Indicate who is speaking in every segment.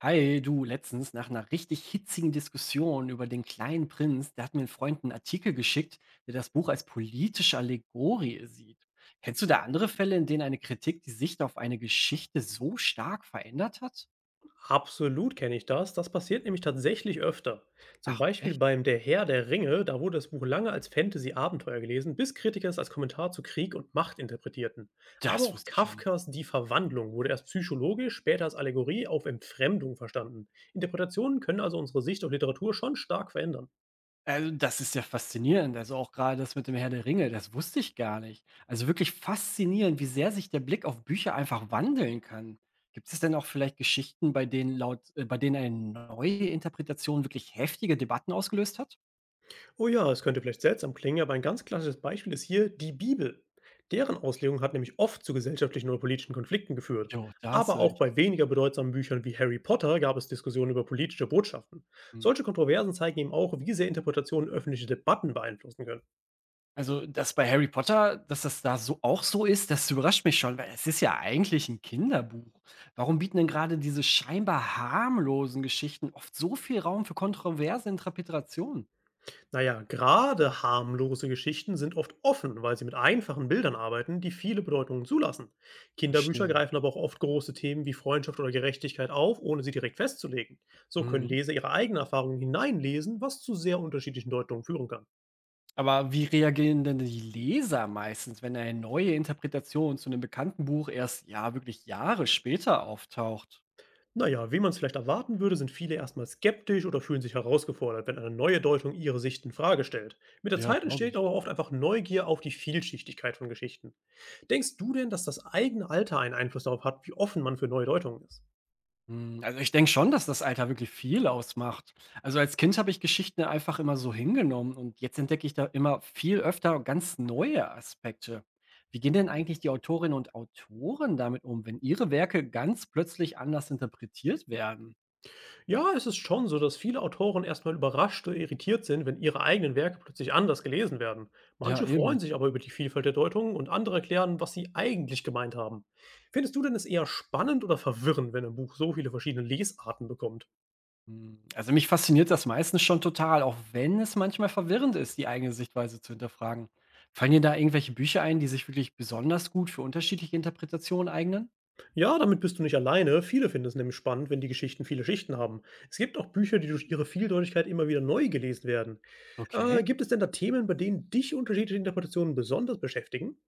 Speaker 1: Hi, du, letztens nach einer richtig hitzigen Diskussion über den kleinen Prinz, da hat mir ein Freund einen Artikel geschickt, der das Buch als politische Allegorie sieht. Kennst du da andere Fälle, in denen eine Kritik die Sicht auf eine Geschichte so stark verändert hat?
Speaker 2: Absolut kenne ich das. Das passiert nämlich tatsächlich öfter. Zum
Speaker 1: Ach,
Speaker 2: Beispiel
Speaker 1: echt?
Speaker 2: beim Der Herr der Ringe, da wurde das Buch lange als Fantasy-Abenteuer gelesen, bis Kritiker es als Kommentar zu Krieg und Macht interpretierten. Aber
Speaker 1: Das
Speaker 2: auch
Speaker 1: wusste ich ja nicht.
Speaker 2: Kafkas Die Verwandlung wurde erst psychologisch, später als Allegorie auf Entfremdung verstanden. Interpretationen können also unsere Sicht auf Literatur schon stark verändern.
Speaker 1: Also, das ist ja faszinierend. Also, auch gerade das mit dem Herr der Ringe, das wusste ich gar nicht. Also, wirklich faszinierend, wie sehr sich der Blick auf Bücher einfach wandeln kann. Gibt es denn auch vielleicht Geschichten, bei denen laut bei denen eine neue Interpretation wirklich heftige Debatten ausgelöst hat?
Speaker 2: Oh ja, es könnte vielleicht seltsam klingen, aber ein ganz klassisches Beispiel ist hier die Bibel. Deren Auslegung hat nämlich oft zu gesellschaftlichen oder politischen Konflikten geführt.
Speaker 1: Jo, da hast du
Speaker 2: Aber auch
Speaker 1: recht.
Speaker 2: bei weniger bedeutsamen Büchern wie Harry Potter gab es Diskussionen über politische Botschaften.
Speaker 1: Mhm.
Speaker 2: Solche Kontroversen zeigen eben auch, wie sehr Interpretationen öffentliche Debatten beeinflussen können.
Speaker 1: Also, dass bei Harry Potter das da so auch so ist, das überrascht mich schon, weil es ist ja eigentlich ein Kinderbuch. Warum bieten denn gerade diese scheinbar harmlosen Geschichten oft so viel Raum für kontroverse Interpretationen?
Speaker 2: Naja, gerade harmlose Geschichten sind oft offen, weil sie mit einfachen Bildern arbeiten, die viele Bedeutungen zulassen. Kinderbücher
Speaker 1: Verstehe.
Speaker 2: greifen aber auch oft große Themen wie Freundschaft oder Gerechtigkeit auf, ohne sie direkt festzulegen. So können
Speaker 1: Mhm.
Speaker 2: Leser ihre eigenen Erfahrungen hineinlesen, was zu sehr unterschiedlichen Deutungen führen kann.
Speaker 1: Aber wie reagieren denn die Leser meistens, wenn eine neue Interpretation zu einem bekannten Buch erst, ja, wirklich Jahre später auftaucht?
Speaker 2: Naja, wie man es vielleicht erwarten würde, sind viele erstmal skeptisch oder fühlen sich herausgefordert, wenn eine neue Deutung ihre Sicht in Frage stellt. Mit der
Speaker 1: Ja,
Speaker 2: Zeit
Speaker 1: glaube
Speaker 2: entsteht
Speaker 1: ich.
Speaker 2: aber oft einfach Neugier auf die Vielschichtigkeit von Geschichten. Denkst du denn, dass das eigene Alter einen Einfluss darauf hat, wie offen man für neue Deutungen ist?
Speaker 1: Hm, also, ich denke schon, dass das Alter wirklich viel ausmacht. Also, als Kind habe ich Geschichten einfach immer so hingenommen und jetzt entdecke ich da immer viel öfter ganz neue Aspekte. Wie gehen denn eigentlich die Autorinnen und Autoren damit um, wenn ihre Werke ganz plötzlich anders interpretiert werden?
Speaker 2: Ja, es ist schon so, dass viele Autoren erstmal überrascht oder irritiert sind, wenn ihre eigenen Werke plötzlich anders gelesen werden.
Speaker 1: Ja,
Speaker 2: Manche freuen
Speaker 1: eben.
Speaker 2: sich aber über die Vielfalt der Deutungen und andere erklären, was sie eigentlich gemeint haben. Findest du denn es eher spannend oder verwirrend, wenn ein Buch so viele verschiedene Lesarten bekommt?
Speaker 1: Hm, also, mich fasziniert das meistens schon total, auch wenn es manchmal verwirrend ist, die eigene Sichtweise zu hinterfragen. Fallen dir da irgendwelche Bücher ein, die sich wirklich besonders gut für unterschiedliche Interpretationen eignen?
Speaker 2: Ja, damit bist du nicht alleine. Viele finden es nämlich spannend, wenn die Geschichten viele Schichten haben. Es gibt auch Bücher, die durch ihre Vieldeutigkeit immer wieder neu gelesen werden.
Speaker 1: Okay.
Speaker 2: Gibt es denn da Themen, bei denen dich unterschiedliche Interpretationen besonders beschäftigen?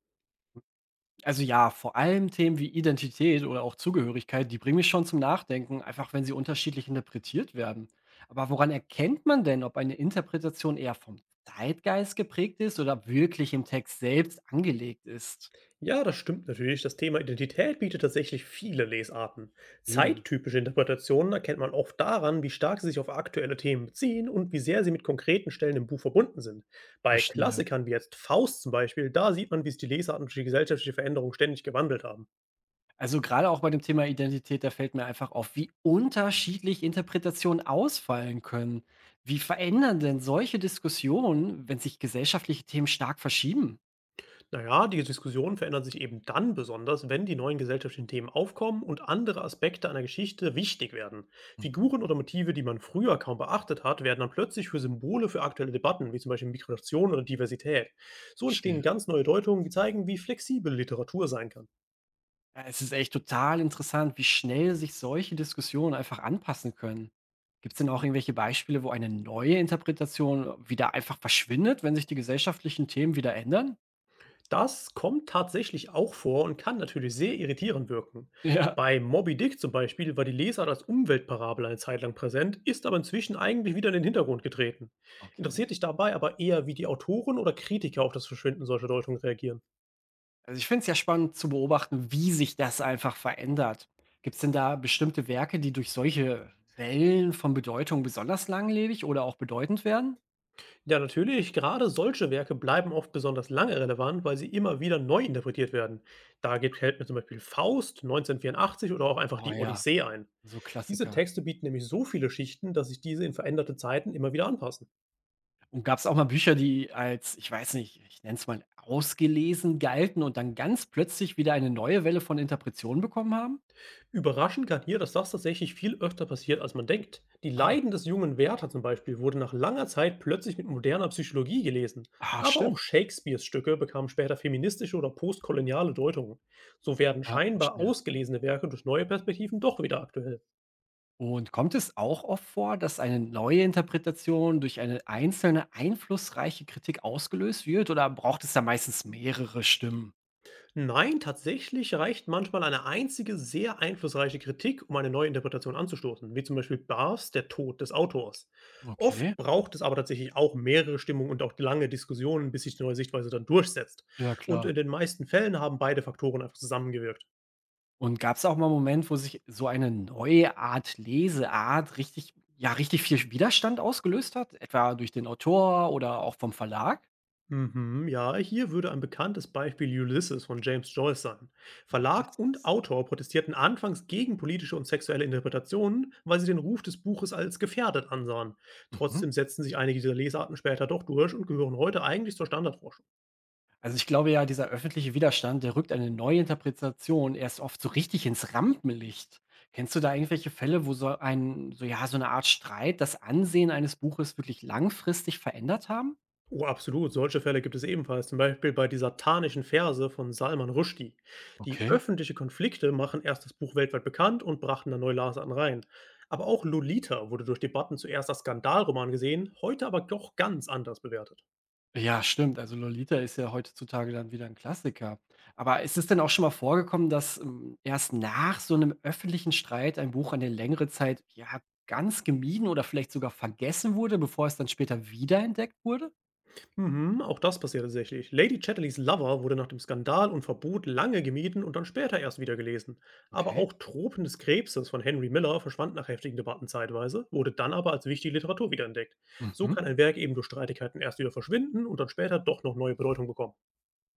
Speaker 1: Also ja, vor allem Themen wie Identität oder auch Zugehörigkeit, die bringen mich schon zum Nachdenken, einfach wenn sie unterschiedlich interpretiert werden. Aber woran erkennt man denn, ob eine Interpretation eher vom Zeitgeist geprägt ist oder wirklich im Text selbst angelegt ist?
Speaker 2: Ja, das stimmt natürlich. Das Thema Identität bietet tatsächlich viele Lesarten.
Speaker 1: Eben,
Speaker 2: Zeittypische Interpretationen erkennt man oft daran, wie stark sie sich auf aktuelle Themen beziehen und wie sehr sie mit konkreten Stellen im Buch verbunden sind. Bei
Speaker 1: verstehe.
Speaker 2: Klassikern wie jetzt Faust zum Beispiel, da sieht man, wie sich die Lesarten durch die gesellschaftliche Veränderung ständig gewandelt haben.
Speaker 1: Also gerade auch bei dem Thema Identität, da fällt mir einfach auf, wie unterschiedlich Interpretationen ausfallen können. Wie verändern denn solche Diskussionen, wenn sich gesellschaftliche Themen stark verschieben?
Speaker 2: Naja, die Diskussionen verändern sich eben dann besonders, wenn die neuen gesellschaftlichen Themen aufkommen und andere Aspekte einer Geschichte wichtig werden.
Speaker 1: Mhm.
Speaker 2: Figuren oder Motive, die man früher kaum beachtet hat, werden dann plötzlich für Symbole für aktuelle Debatten, wie zum Beispiel Migration oder Diversität. So
Speaker 1: Verstehe.
Speaker 2: entstehen ganz neue Deutungen, die zeigen, wie flexibel Literatur sein kann.
Speaker 1: Ja, es ist echt total interessant, wie schnell sich solche Diskussionen einfach anpassen können. Gibt es denn auch irgendwelche Beispiele, wo eine neue Interpretation wieder einfach verschwindet, wenn sich die gesellschaftlichen Themen wieder ändern?
Speaker 2: Das kommt tatsächlich auch vor und kann natürlich sehr irritierend wirken.
Speaker 1: Ja.
Speaker 2: Bei Moby Dick zum Beispiel war die Lesart als Umweltparabel eine Zeit lang präsent, ist aber inzwischen eigentlich wieder in den Hintergrund getreten.
Speaker 1: Okay.
Speaker 2: Interessiert dich dabei aber eher, wie die Autoren oder Kritiker auf das Verschwinden solcher Deutungen reagieren?
Speaker 1: Also ich finde es ja spannend zu beobachten, wie sich das einfach verändert. Gibt es denn da bestimmte Werke, die durch solche Wellen von Bedeutung besonders langlebig oder auch bedeutend werden?
Speaker 2: Ja, natürlich, gerade solche Werke bleiben oft besonders lange relevant, weil sie immer wieder neu interpretiert werden. Fällt mir zum Beispiel Faust 1984 oder auch einfach
Speaker 1: Oh
Speaker 2: die
Speaker 1: ja,
Speaker 2: Odyssee ein.
Speaker 1: so
Speaker 2: Diese
Speaker 1: Klassiker.
Speaker 2: Texte bieten nämlich so viele Schichten, dass sich diese in veränderte Zeiten immer wieder anpassen.
Speaker 1: Und gab es auch mal Bücher, die als, ich weiß nicht, ich nenne es mal ausgelesen galten und dann ganz plötzlich wieder eine neue Welle von Interpretationen bekommen haben?
Speaker 2: Überraschend kann hier, dass das tatsächlich viel öfter passiert, als man denkt. Die
Speaker 1: Ah,
Speaker 2: Leiden des jungen Werther zum Beispiel wurde nach langer Zeit plötzlich mit moderner Psychologie gelesen.
Speaker 1: ah
Speaker 2: Aber auch
Speaker 1: stimmt.
Speaker 2: Shakespeares Stücke bekamen später feministische oder postkoloniale Deutungen. So werden
Speaker 1: Ja,
Speaker 2: scheinbar
Speaker 1: verstehe.
Speaker 2: ausgelesene Werke durch neue Perspektiven doch wieder aktuell.
Speaker 1: Und kommt es auch oft vor, dass eine neue Interpretation durch eine einzelne einflussreiche Kritik ausgelöst wird oder braucht es da meistens mehrere Stimmen?
Speaker 2: Nein, tatsächlich reicht manchmal eine einzige sehr einflussreiche Kritik, um eine neue Interpretation anzustoßen, wie zum Beispiel Barrs Der Tod des Autors. Oft
Speaker 1: Okay,
Speaker 2: braucht es aber tatsächlich auch mehrere Stimmungen und auch lange Diskussionen, bis sich die neue Sichtweise dann durchsetzt.
Speaker 1: ja
Speaker 2: Und
Speaker 1: klar.
Speaker 2: in den meisten Fällen haben beide Faktoren einfach zusammengewirkt.
Speaker 1: Und gab es auch mal einen Moment, wo sich so eine neue Art Leseart richtig, ja, richtig viel Widerstand ausgelöst hat? Etwa durch den Autor oder auch vom Verlag?
Speaker 2: Mhm, ja, hier würde ein bekanntes Beispiel Ulysses von James Joyce sein. Verlag und
Speaker 1: Ulysses.
Speaker 2: Autor protestierten anfangs gegen politische und sexuelle Interpretationen, weil sie den Ruf des Buches als gefährdet ansahen.
Speaker 1: Mhm.
Speaker 2: Trotzdem setzten sich einige dieser Lesarten später doch durch und gehören heute eigentlich zur Standardforschung.
Speaker 1: Also ich glaube ja, dieser öffentliche Widerstand, der rückt eine Neuinterpretation erst oft so richtig ins Rampenlicht. Kennst du da irgendwelche Fälle, wo so ein, so ja, so eine Art Streit das Ansehen eines Buches wirklich langfristig verändert haben?
Speaker 2: Oh, absolut. Solche Fälle gibt es ebenfalls, zum Beispiel bei dieser satanischen Verse von Salman Rushdie. Die
Speaker 1: Okay.
Speaker 2: öffentliche Konflikte machen erst das Buch weltweit bekannt und brachten dann Neulaser an rein. Aber auch Lolita wurde durch Debatten zuerst als Skandalroman gesehen, heute aber doch ganz anders bewertet.
Speaker 1: Ja, stimmt. Also Lolita ist ja heutzutage dann wieder ein Klassiker. Aber ist es denn auch schon mal vorgekommen, dass erst nach so einem öffentlichen Streit ein Buch eine längere Zeit ja ganz gemieden oder vielleicht sogar vergessen wurde, bevor es dann später wiederentdeckt wurde?
Speaker 2: Mhm, auch das passiert tatsächlich. Lady Chatterleys Lover wurde nach dem Skandal und Verbot lange gemieden und dann später erst wieder gelesen. Aber
Speaker 1: Okay.
Speaker 2: auch Tropen des Krebses von Henry Miller verschwand nach heftigen Debatten zeitweise, wurde dann aber als wichtige Literatur wiederentdeckt. So
Speaker 1: Mhm.
Speaker 2: kann ein Werk eben durch Streitigkeiten erst wieder verschwinden und dann später doch noch neue Bedeutung bekommen.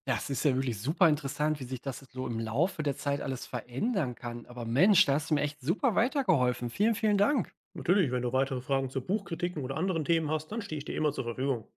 Speaker 1: Ja, es ist ja wirklich super interessant, wie sich das so im Laufe der Zeit alles verändern kann. Aber Mensch, da hast du mir echt super weitergeholfen. Vielen, vielen Dank.
Speaker 2: Natürlich, wenn du weitere Fragen zu Buchkritiken oder anderen Themen hast, dann stehe ich dir immer zur Verfügung.